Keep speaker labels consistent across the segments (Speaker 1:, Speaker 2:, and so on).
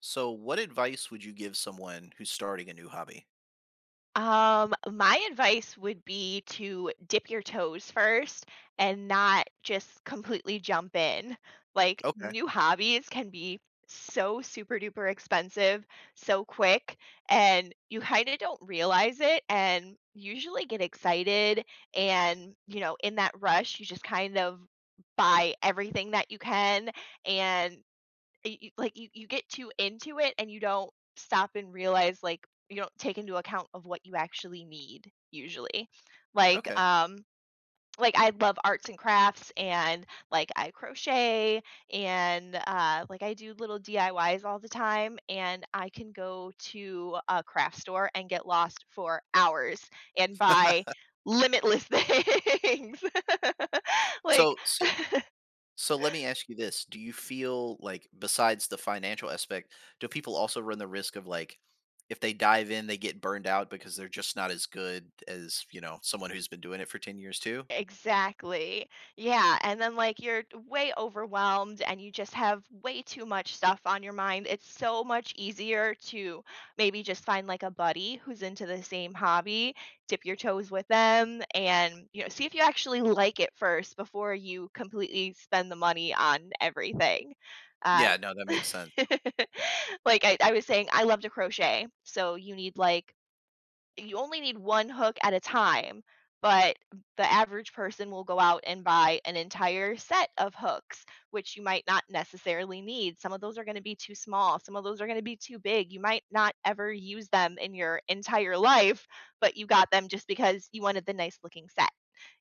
Speaker 1: So, what advice would you give someone who's starting a new hobby?
Speaker 2: My advice would be to dip your toes first and not just completely jump in. Like,
Speaker 1: Okay.
Speaker 2: new hobbies can be so super duper expensive, so quick, and you kind of don't realize it and usually get excited. And, in that rush, you just kind of buy everything that you can and y y like, you get too into it and you don't stop and realize, like you don't take into account of what you actually need usually. Like,
Speaker 1: Okay.
Speaker 2: um like, I love arts and crafts and, like, I crochet and, like, I do little DIYs all the time, and I can go to a craft store and get lost for hours and buy limitless things. Like.
Speaker 1: So, so, so, let me ask you this: Do you feel like, besides the financial aspect, do people also run the risk of, like, if they dive in, they get burned out because they're just not as good as someone who's been doing it for 10 years too?
Speaker 2: Exactly. Yeah, and then, like, you're way overwhelmed and you just have way too much stuff on your mind. It's so much easier to maybe just find, like, a buddy who's into the same hobby, dip your toes with them, and, see if you actually like it first before you completely spend the money on everything. Uh,
Speaker 1: Yeah. No, that makes sense.
Speaker 2: like I was saying, I love to crochet, so you need, like, you only need one hook at a time, but the average person will go out and buy an entire set of hooks, which you might not necessarily need. Some of those are gonna be too small, some of those are gonna be too big. You might not ever use them in your entire life, but you got them just because you wanted the nice looking set.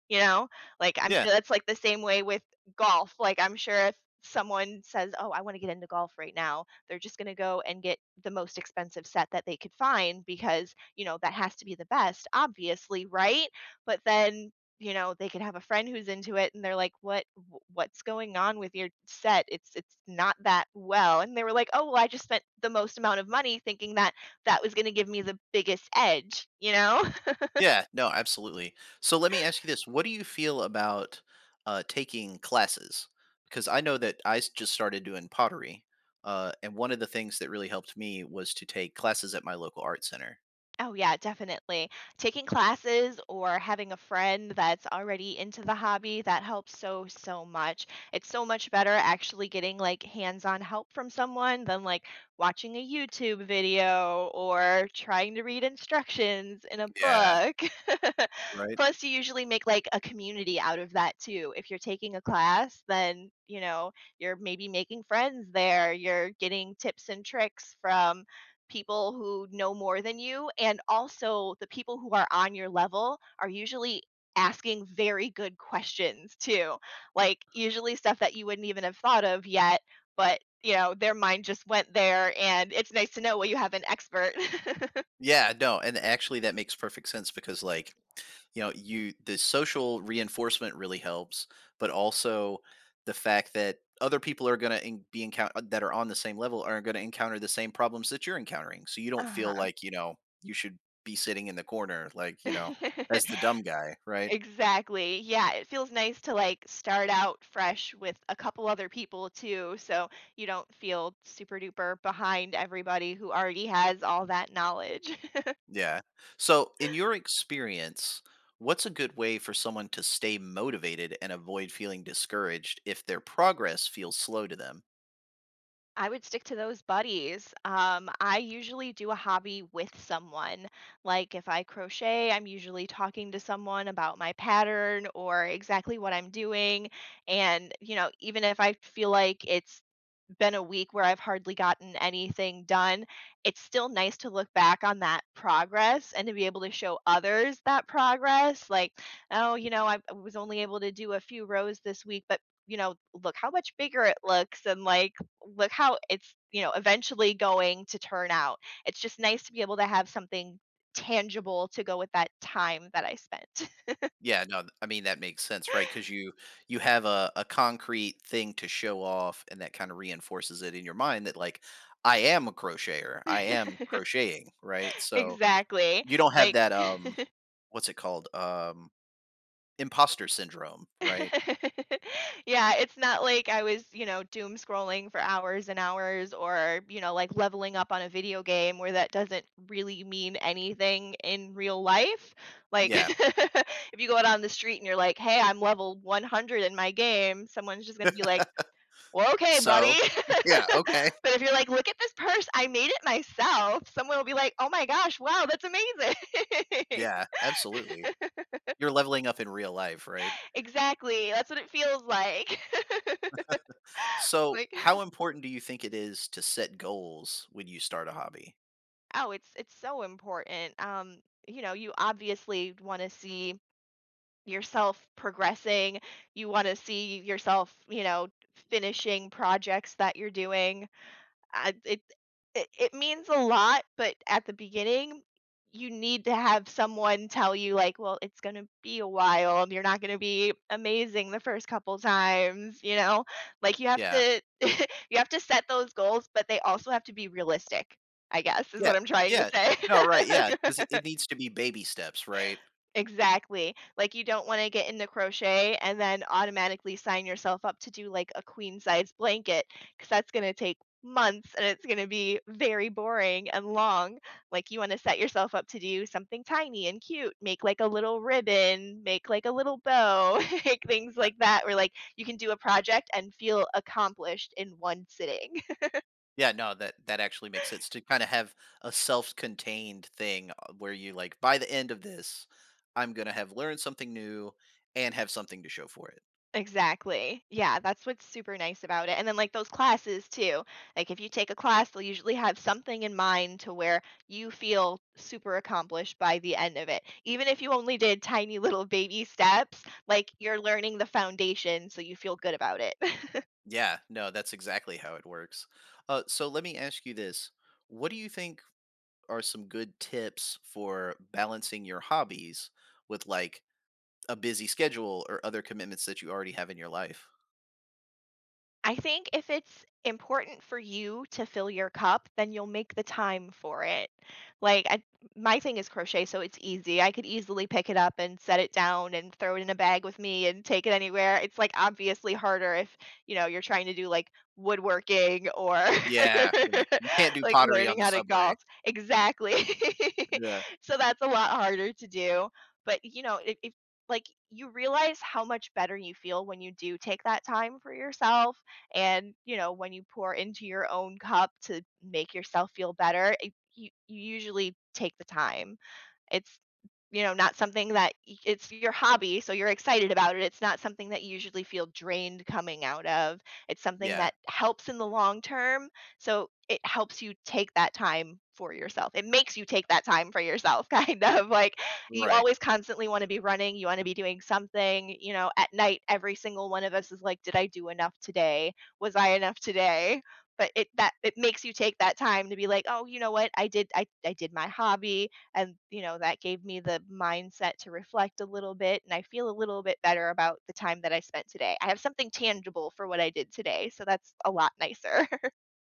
Speaker 2: You know? Like, I'm
Speaker 1: Yeah.
Speaker 2: sure that's, like, the same way with golf, like, I'm sure if someone says, "Oh, I wanna get into golf right now," they're just gonna go and get the most expensive set that they could find because, that has to be the best, obviously, right? But then, they could have a friend who's into it, and they're like, "What w what's going on with your set? It's not that well," and they were like, "Oh, well, I just spent the most amount of money thinking that that was gonna give me the biggest edge," you know?
Speaker 1: Yeah, no, absolutely. So let me ask you this: What do you feel about taking classes? Because I know that just started doing pottery, and one of the things that really helped me was to take classes at my local art center.
Speaker 2: Oh, yeah, definitely. Taking classes or having a friend that's already into the hobby, that helps so, so much. It's so much better actually getting like hands-on help from someone than like watching a YouTube video or trying to read instructions in a
Speaker 1: Yeah.
Speaker 2: book.
Speaker 1: Right.
Speaker 2: Plus, you usually make like a community out of that too. If you're taking a class, then, you're maybe making friends there. You're getting tips and tricks from people who know more than you, and also the people who are on your level are usually asking very good questions too. Like usually stuff that you wouldn't even have thought of yet, but their mind just went there and it's nice to know when you have an expert.
Speaker 1: Yeah. No, and actually, that makes perfect sense because, like, you know you the social reinforcement really helps, but also the fact that other people are going to be encounter that are on the same level are going to encounter the same problems that you're encountering, so you don't feel
Speaker 2: Uh-huh.
Speaker 1: like you should be sitting in the corner, like, as the dumb guy, right?
Speaker 2: Exactly. Yeah, it feels nice to like start out fresh with a couple other people too, so you don't feel super duper behind everybody who already has all that knowledge.
Speaker 1: Yeah. So, in your experience, what's a good way for someone to stay motivated and avoid feeling discouraged if their progress feels slow to them?
Speaker 2: I would stick to those buddies. I usually do a hobby with someone. Like if I crochet, I'm usually talking to someone about my pattern or exactly what I'm doing. And, even if I feel like it's been a week where I've hardly gotten anything done, it's still nice to look back on that progress and to be able to show others that progress. Like, oh, I was only able to do a few rows this week, but look how much bigger it looks and like look how it's, eventually going to turn out. It's just nice to be able to have something tangible to go with that time that I spent.
Speaker 1: Yeah, no, th I mean, that makes sense, right? Because you have a concrete thing to show off, and that kinda reinforces it in your mind that, like, "I am a crocheter, I am crocheting," right? So,
Speaker 2: Exactly.
Speaker 1: you don't have
Speaker 2: Like
Speaker 1: that, what's it called? Imposter syndrome, right?
Speaker 2: Yeah, it's not like I was, doom scrolling for hours and hours or, like leveling up on a video game where that doesn't really mean anything in real life. Like
Speaker 1: Yeah.
Speaker 2: if you go out on the street and you're like, "Hey, I'm level 100 in my game," someone's just gonna be like, well, okay, buddy.
Speaker 1: So. Yeah, okay.
Speaker 2: But if you're like, look at this purse, I made it myself, someone will be like, oh my gosh, wow, that's amazing.
Speaker 1: Yeah, absolutely. You're leveling up in real life, right?
Speaker 2: Exactly. That's what it feels like.
Speaker 1: So,
Speaker 2: like,
Speaker 1: how important do you think it is to set goals when you start a hobby?
Speaker 2: oh, it's so important. You obviously want to see yourself progressing. You want to see yourself, finishing projects that you're doing I it it it means a lot, but at the beginning, you need to have someone tell you, like, "Well, it's gonna be a while, you're not gonna be amazing the first couple times," you know? Like, you have
Speaker 1: Yeah.
Speaker 2: to you have to set those goals, but they also have to be realistic, I guess, is
Speaker 1: Yeah,
Speaker 2: what I'm trying to
Speaker 1: yeah.
Speaker 2: say.
Speaker 1: No, right, yeah, 'cause it needs to be baby steps, right?
Speaker 2: Exactly. Like, you don't wanna get into crochet and then automatically sign yourself up to do, like, a queen size blanket because that's gonna take months and it's gonna be very boring and long. Like, you wanna set yourself up to do something tiny and cute, make, like, a little ribbon, make, like, a little bow, make things
Speaker 1: N
Speaker 2: like that where, like, you can do a project and feel accomplished in one sitting.
Speaker 1: Yeah, no, that actually makes sense to kinda have a self-contained thing, where you, like, "By the end of this, I'm gonna have learned something new and have something to show for it."
Speaker 2: Exactly. Yeah, that's what's super nice about it. And then, like, those classes too. Like, if you take a class, they'll usually have something in mind to where you feel super accomplished by the end of it. Even if you only did tiny little baby steps, like, you're learning the foundation, so you feel good about it.
Speaker 1: Yeah, no, that's exactly how it works. So let me ask you this, what do you think are some good tips for balancing your hobbies with, like, a busy schedule or other commitments that you already have in your life?
Speaker 2: I think if it's important for you to fill your cup, then you'll make the time for it. Like I, my thing is crochet, so it's easy. I could easily pick it up and set it down and throw it in a bag with me and take it anywhere. It's like obviously harder if, you're trying to do like woodworking or
Speaker 1: Yeah, yeah. You can't do
Speaker 2: like
Speaker 1: pottery on
Speaker 2: learning
Speaker 1: the
Speaker 2: how to
Speaker 1: subway.
Speaker 2: golf. Exactly.
Speaker 1: Yeah.
Speaker 2: So that's a lot harder to do. But, if like you realize how much better you feel when you do take that time for yourself and, when you pour into your own cup to make yourself feel better, you usually take the time. It's, not something that y it's your hobby, so you're excited about it. It's not something that you usually feel drained coming out of. It's something
Speaker 1: Yeah,
Speaker 2: that helps in the long term, so it helps you take that time for yourself. It makes you take that time for yourself, kind of, like, you
Speaker 1: right.
Speaker 2: always constantly wanna be running, you wanna be doing something, at night, every single one of us is like, "Did I do enough today? Was I enough today?" But it that it makes you take that time to be like, "Oh, you know what? I did my hobby and you know that gave me the mindset to reflect a little bit and I feel a little bit better about the time that I spent today. I have something tangible for what I did today, so that's a lot nicer.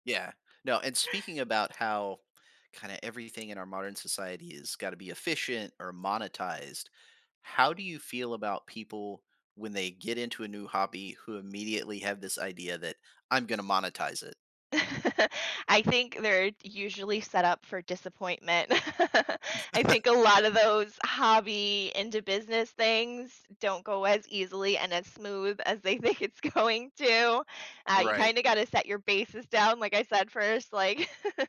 Speaker 1: Yeah. No, and speaking about how kinda everything in our modern society has gotta be efficient or monetized, how do you feel about people when they get into a new hobby who immediately have this idea that, "I'm gonna monetize it?"
Speaker 2: I think they're usually set up for disappointment. I think a lot of those hobby into business things don't go as easily and as smooth as they think it's going to. You
Speaker 1: Right.
Speaker 2: kind of got to set your bases down like I said first. Like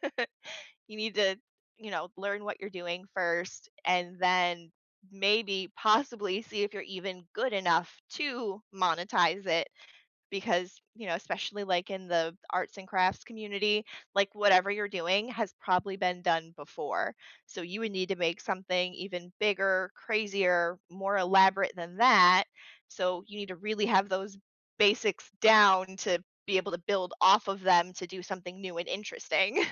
Speaker 2: you need to, learn what you're doing first and then maybe possibly see if you're even good enough to monetize it because, especially like in the arts and crafts community, like whatever you're doing has probably been done before. So you would need to make something even bigger, crazier, more elaborate than that. So you need to really have those basics down to be able to build off of them to do something new and interesting.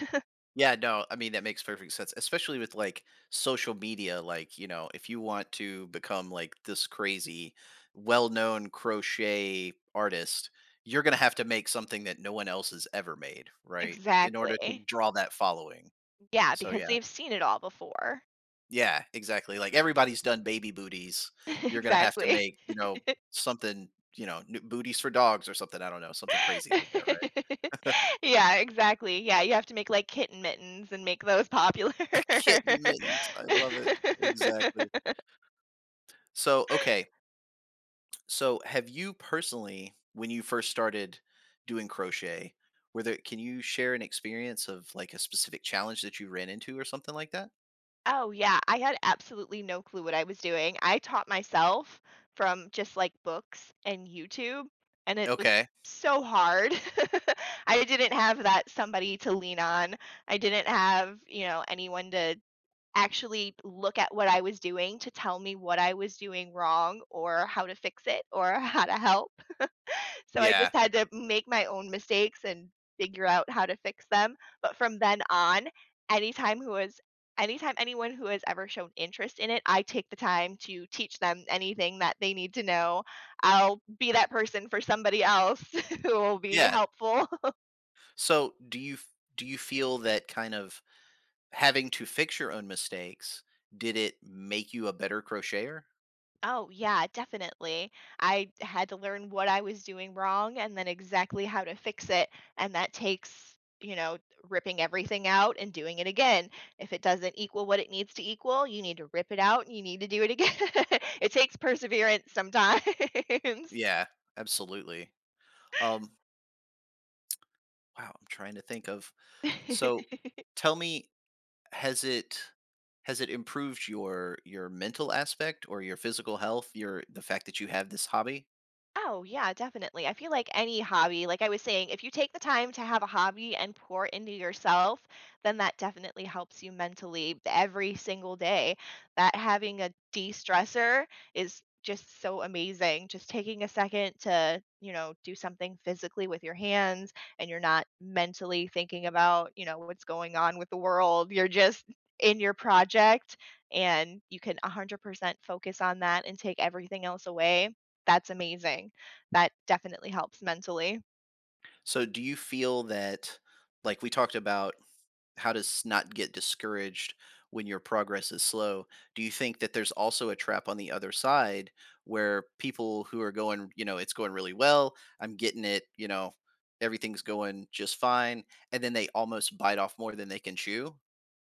Speaker 1: Yeah, no, I mean that makes perfect sense, especially with, like, social media. Like, if you want to become like this crazy, well-known crochet artist, you're gonna have to make something that no one else has ever made, right? In order to
Speaker 2: Exactly.
Speaker 1: draw that following.
Speaker 2: Yeah,
Speaker 1: So
Speaker 2: because
Speaker 1: yeah,
Speaker 2: they've seen it all before.
Speaker 1: yeah, exactly. Like everybody's done baby booties. You're gonna have to
Speaker 2: Exactly.
Speaker 1: make, something, new booties for dogs or something. I don't know, something crazy like that, right?
Speaker 2: Yeah, exactly. Yeah, you have to make, like, kitten mittens and make those popular.
Speaker 1: Kitten mittens. I love it. Exactly. So, okay, have you personally, when you first started doing crochet, were there can you share an experience of, like, a specific challenge that you ran into or something like that?
Speaker 2: Oh, yeah, I had absolutely no clue what I was doing. I taught myself from just, like, books and YouTube, and it was
Speaker 1: Okay.
Speaker 2: so hard. I didn't have that somebody to lean on. I didn't have, anyone to actually look at what I was doing to tell me what I was doing wrong or how to fix it or how to help. So I
Speaker 1: Yeah.
Speaker 2: just had to make my own mistakes and figure out how to fix them. But from then on, anytime who is anytime anyone who has ever shown interest in it, I take the time to teach them anything that they need to know. I'll be that person for somebody else who will be
Speaker 1: Yeah.
Speaker 2: helpful.
Speaker 1: So, do you do you feel that kind of having to fix your own mistakes, did it make you a better crocheter?
Speaker 2: Oh, yeah, definitely. I had to learn what I was doing wrong and then exactly how to fix it. And that takes, ripping everything out and doing it again. If it doesn't equal what it needs to equal, you need to rip it out and you need to do it again. It takes perseverance sometimes.
Speaker 1: Yeah, absolutely. Um wow, I'm trying to think of. So, tell me, has it has it improved your mental aspect or your physical health, your the fact that you have this hobby?
Speaker 2: Oh, yeah, definitely. I feel like any hobby, like I was saying, if you take the time to have a hobby and pour into yourself, then that definitely helps you mentally every single day. That having a de stressor is just so amazing. Just taking a second to, do something physically with your hands and you're not mentally thinking about, what's going on with the world. You're just in your project and you can 100% focus on that and take everything else away, that's amazing. That definitely helps mentally.
Speaker 1: So, do you feel that, like we talked about, how to not get discouraged when your progress is slow, do you think that there's also a trap on the other side where people who are going, it's going really well, I'm getting it, everything's going just fine, and then they almost bite off more than they can chew?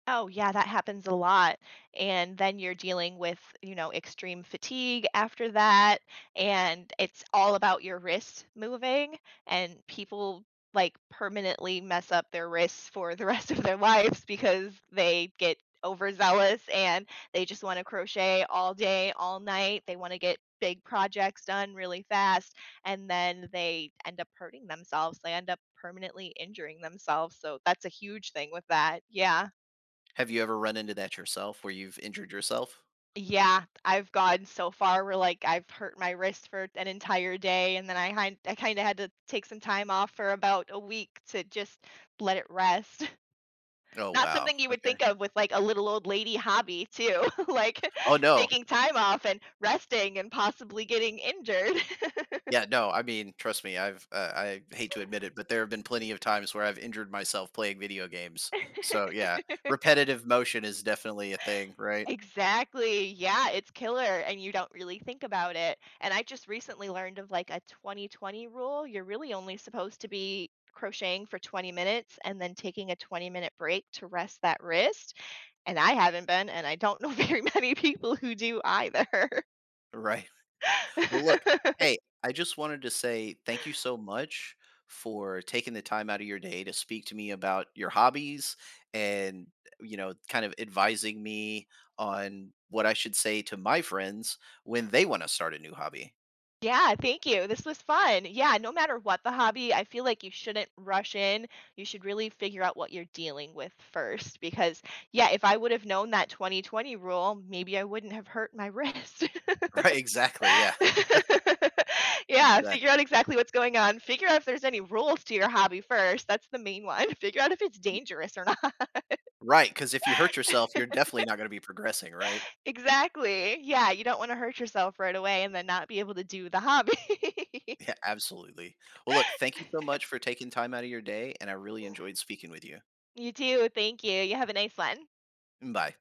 Speaker 2: Oh, yeah, that happens a lot, and then you're dealing with, extreme fatigue after that, and it's all about your wrist moving, and people, like, permanently mess up their wrists for the rest of their lives because they get overzealous and they just wanna crochet all day, all night, they wanna get big projects done really fast, and then they end up hurting themselves, they end up permanently injuring themselves, so that's a huge thing with that, yeah.
Speaker 1: Have you ever run into that yourself where you've injured yourself?
Speaker 2: Yeah, I've gone so far where, like, I've hurt my wrist for an entire day, and then I kinda had to take some time off for about a week to just let it rest.
Speaker 1: Oh,
Speaker 2: Not
Speaker 1: wow,
Speaker 2: something you would
Speaker 1: okay.
Speaker 2: think of with, like, a little old lady hobby too, like,
Speaker 1: Oh, no.
Speaker 2: taking time off and resting and possibly getting injured.
Speaker 1: Yeah, no, I mean, trust me, I hate to admit it, but there have been plenty of times where I've injured myself playing video games. So, yeah, repetitive motion is definitely a thing, right?
Speaker 2: Exactly. Yeah, it's killer and you don't really think about it. And I just recently learned of like a 2020 rule. You're really only supposed to be crocheting for 20 minutes and then taking a 20-minute break to rest that wrist. And I haven't been, and I don't know very many people who do either.
Speaker 1: Right. Well, look, hey, I just wanted to say thank you so much for taking the time out of your day to speak to me about your hobbies and, kind of advising me on what I should say to my friends when they want to start a new hobby.
Speaker 2: Yeah, thank you. This was fun. Yeah, no matter what the hobby, I feel like you shouldn't rush in. You should really figure out what you're dealing with first because yeah, if I would have known that 2020 rule, maybe I wouldn't have hurt my wrist.
Speaker 1: Right, exactly. Yeah,
Speaker 2: Yeah, figure
Speaker 1: exactly.
Speaker 2: out exactly what's going on. Figure out if there's any rules to your hobby first. That's the main one. Figure out if it's dangerous or not.
Speaker 1: Right, because if you hurt yourself, you're definitely not gonna be progressing, right?
Speaker 2: Exactly. Yeah, you don't want to hurt yourself right away and then not be able to do the hobby.
Speaker 1: Yeah, absolutely. Well, look, thank you so much for taking time out of your day, and I really enjoyed speaking with you.
Speaker 2: You too. Thank you. You have a nice one.
Speaker 1: Bye.